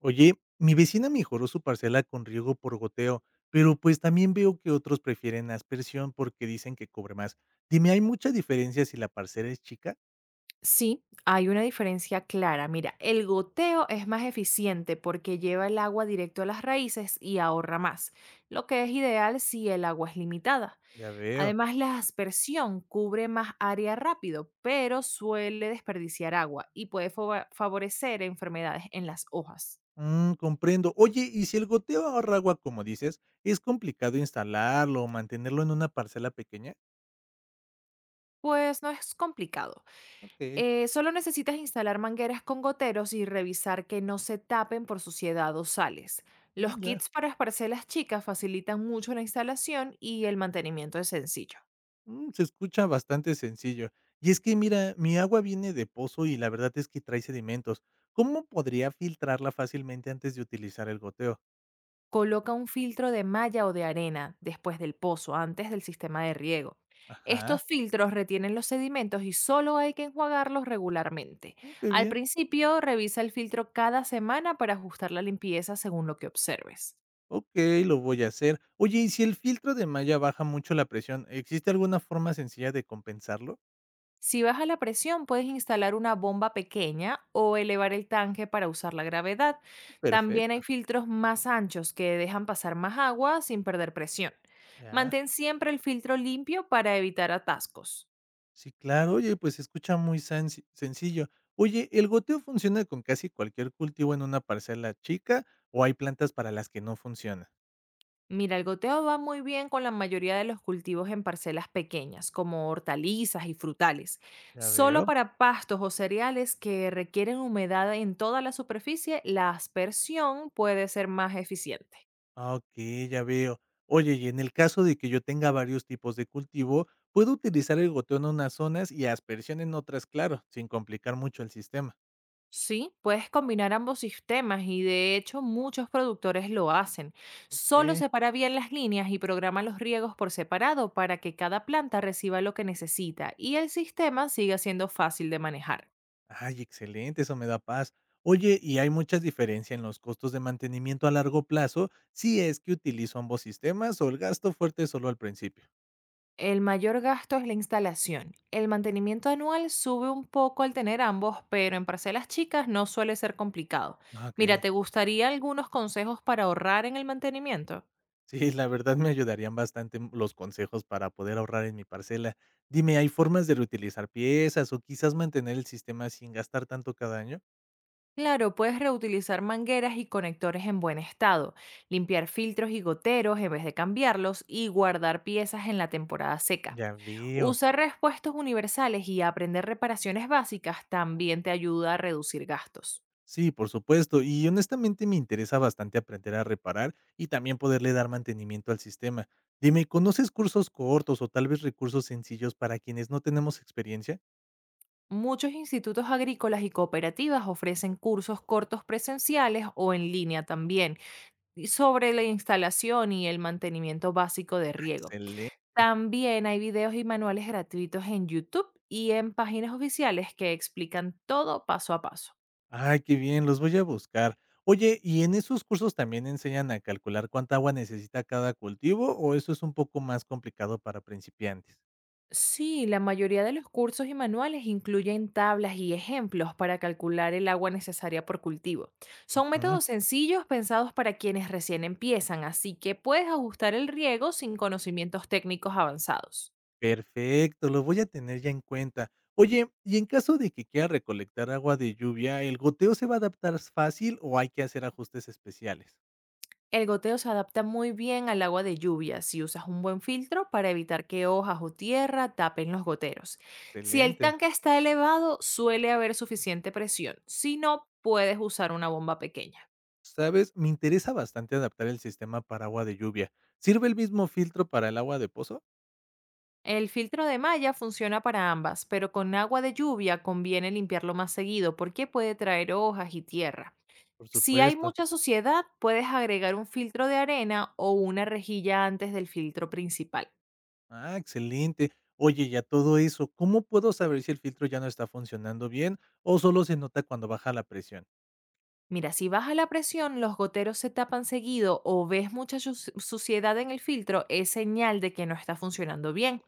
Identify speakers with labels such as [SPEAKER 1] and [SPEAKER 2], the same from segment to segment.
[SPEAKER 1] Oye, mi vecina mejoró su parcela con riego por goteo, pero pues también veo que otros prefieren aspersión porque dicen que cobre más. Dime, ¿hay mucha diferencia si la parcela es chica?
[SPEAKER 2] Sí, hay una diferencia clara. Mira, el goteo es más eficiente porque lleva el agua directo a las raíces y ahorra más, lo que es ideal si el agua es limitada.
[SPEAKER 1] Ya veo.
[SPEAKER 2] Además, la aspersión cubre más área rápido, pero suele desperdiciar agua y puede favorecer enfermedades en las hojas.
[SPEAKER 1] Mm, comprendo. Oye, ¿y si el goteo ahorra agua, como dices, es complicado instalarlo o mantenerlo en una parcela pequeña?
[SPEAKER 2] Pues no es complicado.
[SPEAKER 1] Ok,
[SPEAKER 2] Solo necesitas instalar mangueras con goteros y revisar que no se tapen por suciedad o sales. Los
[SPEAKER 1] mm, ya.
[SPEAKER 2] kits para parcelas chicas facilitan mucho la instalación y el mantenimiento es sencillo.
[SPEAKER 1] Mm, se escucha bastante sencillo. Y es que mira, mi agua viene de pozo y la verdad es que trae sedimentos. ¿Cómo podría filtrarla fácilmente antes de utilizar el goteo?
[SPEAKER 2] Coloca un filtro de malla o de arena después del pozo, antes del sistema de riego.
[SPEAKER 1] Ajá.
[SPEAKER 2] Estos filtros retienen los sedimentos y solo hay que enjuagarlos regularmente.
[SPEAKER 1] Mm, qué
[SPEAKER 2] Al
[SPEAKER 1] bien.
[SPEAKER 2] principio, revisa el filtro cada semana para ajustar la limpieza según lo que observes.
[SPEAKER 1] Okey, lo voy a hacer. Oye, y si el filtro de malla baja mucho la presión, ¿existe alguna forma sencilla de compensarlo?
[SPEAKER 2] Si baja la presión, puedes instalar una bomba pequeña o elevar el tanque para usar la gravedad. También
[SPEAKER 1] Perfecto,
[SPEAKER 2] hay filtros más anchos que dejan pasar más agua sin perder presión.
[SPEAKER 1] ya.
[SPEAKER 2] Mantén siempre el filtro limpio para evitar atascos.
[SPEAKER 1] Sí, claro. Oye, pues se escucha muy sansi sencillo. Oye, ¿el goteo funciona con casi cualquier cultivo en una parcela chica o hay plantas para las que no funciona?
[SPEAKER 2] Mira, el goteo va muy bien con la mayoría de los cultivos en parcelas pequeñas, como hortalizas y frutales.
[SPEAKER 1] Ya
[SPEAKER 2] Solo
[SPEAKER 1] veo.
[SPEAKER 2] para pastos o cereales que requieren humedad en toda la superficie, la aspersión puede ser más eficiente.
[SPEAKER 1] Ah, okey, ya veo. Oye, y en el caso de que yo tenga varios tipos de cultivo, ¿puedo utilizar el goteo en unas zonas y aspersión en otras, claro, sin complicar mucho el sistema?
[SPEAKER 2] Sí, puedes combinar ambos sistemas y de hecho muchos productores lo hacen. Solo
[SPEAKER 1] Okey.
[SPEAKER 2] separa bien las líneas y programa los riegos por separado para que cada planta reciba lo que necesita y el sistema siga siendo fácil de manejar.
[SPEAKER 1] Ay, excelente, eso me da paz. Oye, ¿y hay mucha diferencia en los costos de mantenimiento a largo plazo si es que utilizo ambos sistemas o el gasto fuerte es solo al principio?
[SPEAKER 2] El mayor gasto es la instalación. El mantenimiento anual sube un poco al tener ambos, pero en parcelas chicas no suele ser complicado.
[SPEAKER 1] Ah,
[SPEAKER 2] Mira,
[SPEAKER 1] ok.
[SPEAKER 2] ¿te gustaría algunos consejos para ahorrar en el mantenimiento?
[SPEAKER 1] Sí, la verdad me ayudarían bastante los consejos para poder ahorrar en mi parcela. Dime, ¿hay formas de reutilizar piezas o quizás mantener el sistema sin gastar tanto cada año?
[SPEAKER 2] Claro, puedes reutilizar mangueras y conectores en buen estado, limpiar filtros y goteros en vez de cambiarlos y guardar piezas en la temporada seca.
[SPEAKER 1] Ya veo.
[SPEAKER 2] Usar repuestos universales y aprender reparaciones básicas también te ayuda a reducir gastos.
[SPEAKER 1] Sí, por supuesto. Y honestamente me interesa bastante aprender a reparar y también poderle dar mantenimiento al sistema. Dime, ¿conoces cursos cortos o tal vez recursos sencillos para quienes no tenemos experiencia?
[SPEAKER 2] Muchos institutos agrícolas y cooperativas ofrecen cursos cortos presenciales o en línea también y sobre la instalación y el mantenimiento básico de riego.
[SPEAKER 1] Excelente.
[SPEAKER 2] También hay videos y manuales gratuitos en YouTube y en páginas oficiales que explican todo paso a paso.
[SPEAKER 1] Ay, qué bien, los voy a buscar. Oye, ¿y en esos cursos también enseñan a calcular cuánta agua necesita cada cultivo o eso es un poco más complicado para principiantes?
[SPEAKER 2] Sí, la mayoría de los cursos y manuales incluyen tablas y ejemplos para calcular el agua necesaria por cultivo. Son
[SPEAKER 1] Ujú.
[SPEAKER 2] métodos sencillos pensados para quienes recién empiezan, así que puedes ajustar el riego sin conocimientos técnicos avanzados.
[SPEAKER 1] Perfecto, lo voy a tener ya en cuenta. Oye, y en caso de que quiera recolectar agua de lluvia, ¿el goteo se va a adaptar fácil o hay que hacer ajustes especiales?
[SPEAKER 2] El goteo se adapta muy bien al agua de lluvia si usas un buen filtro para evitar que hojas o tierra tapen los goteros. Si el
[SPEAKER 1] Excelente.
[SPEAKER 2] tanque está elevado, suele haber suficiente presión. Si no, puedes usar una bomba pequeña.
[SPEAKER 1] Sabes, me interesa bastante adaptar el sistema para agua de lluvia. ¿Sirve el mismo filtro para el agua de pozo?
[SPEAKER 2] El filtro de malla funciona para ambas, pero con agua de lluvia conviene limpiarlo más seguido porque puede traer hojas y tierra.
[SPEAKER 1] Por
[SPEAKER 2] Si hay
[SPEAKER 1] supuesto.
[SPEAKER 2] mucha suciedad, puedes agregar un filtro de arena o una rejilla antes del filtro principal.
[SPEAKER 1] Ah, excelente. Oye, y a todo eso, ¿cómo puedo saber si el filtro ya no está funcionando bien o solo se nota cuando baja la presión?
[SPEAKER 2] Mira, si baja la presión, los goteros se tapan seguido o ves mucha suciedad en el filtro, es señal de que no está funcionando bien.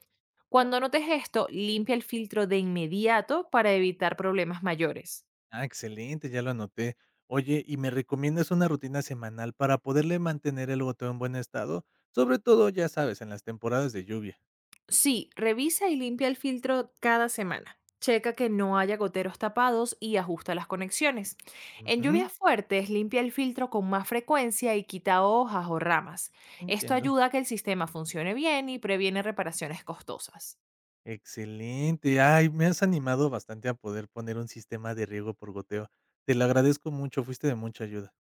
[SPEAKER 2] Cuando notes esto, limpia el filtro de inmediato para evitar problemas mayores.
[SPEAKER 1] Ah, excelente, ya lo anoté. Oye, ¿y me recomiendas una rutina semanal para poderle mantener el botón en buen estado? Sobre todo, ya sabes, en las temporadas de lluvia.
[SPEAKER 2] Sí, revisa y limpia el filtro cada semana. Checa que no haya goteros tapados y ajusta las conexiones. En
[SPEAKER 1] Ujú,
[SPEAKER 2] lluvias fuertes, limpia el filtro con más frecuencia y quita hojas o ramas. Esto
[SPEAKER 1] entiendo.
[SPEAKER 2] ayuda a que el sistema funcione bien y previene reparaciones costosas.
[SPEAKER 1] Excelente. Ay, me has animado bastante a poder poner un sistema de riego por goteo. Te lo agradezco mucho, fuiste de mucha ayuda.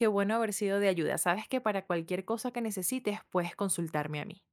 [SPEAKER 2] Qué bueno haber sido de ayuda. Sabes que para cualquier cosa que necesites puedes consultarme a mí.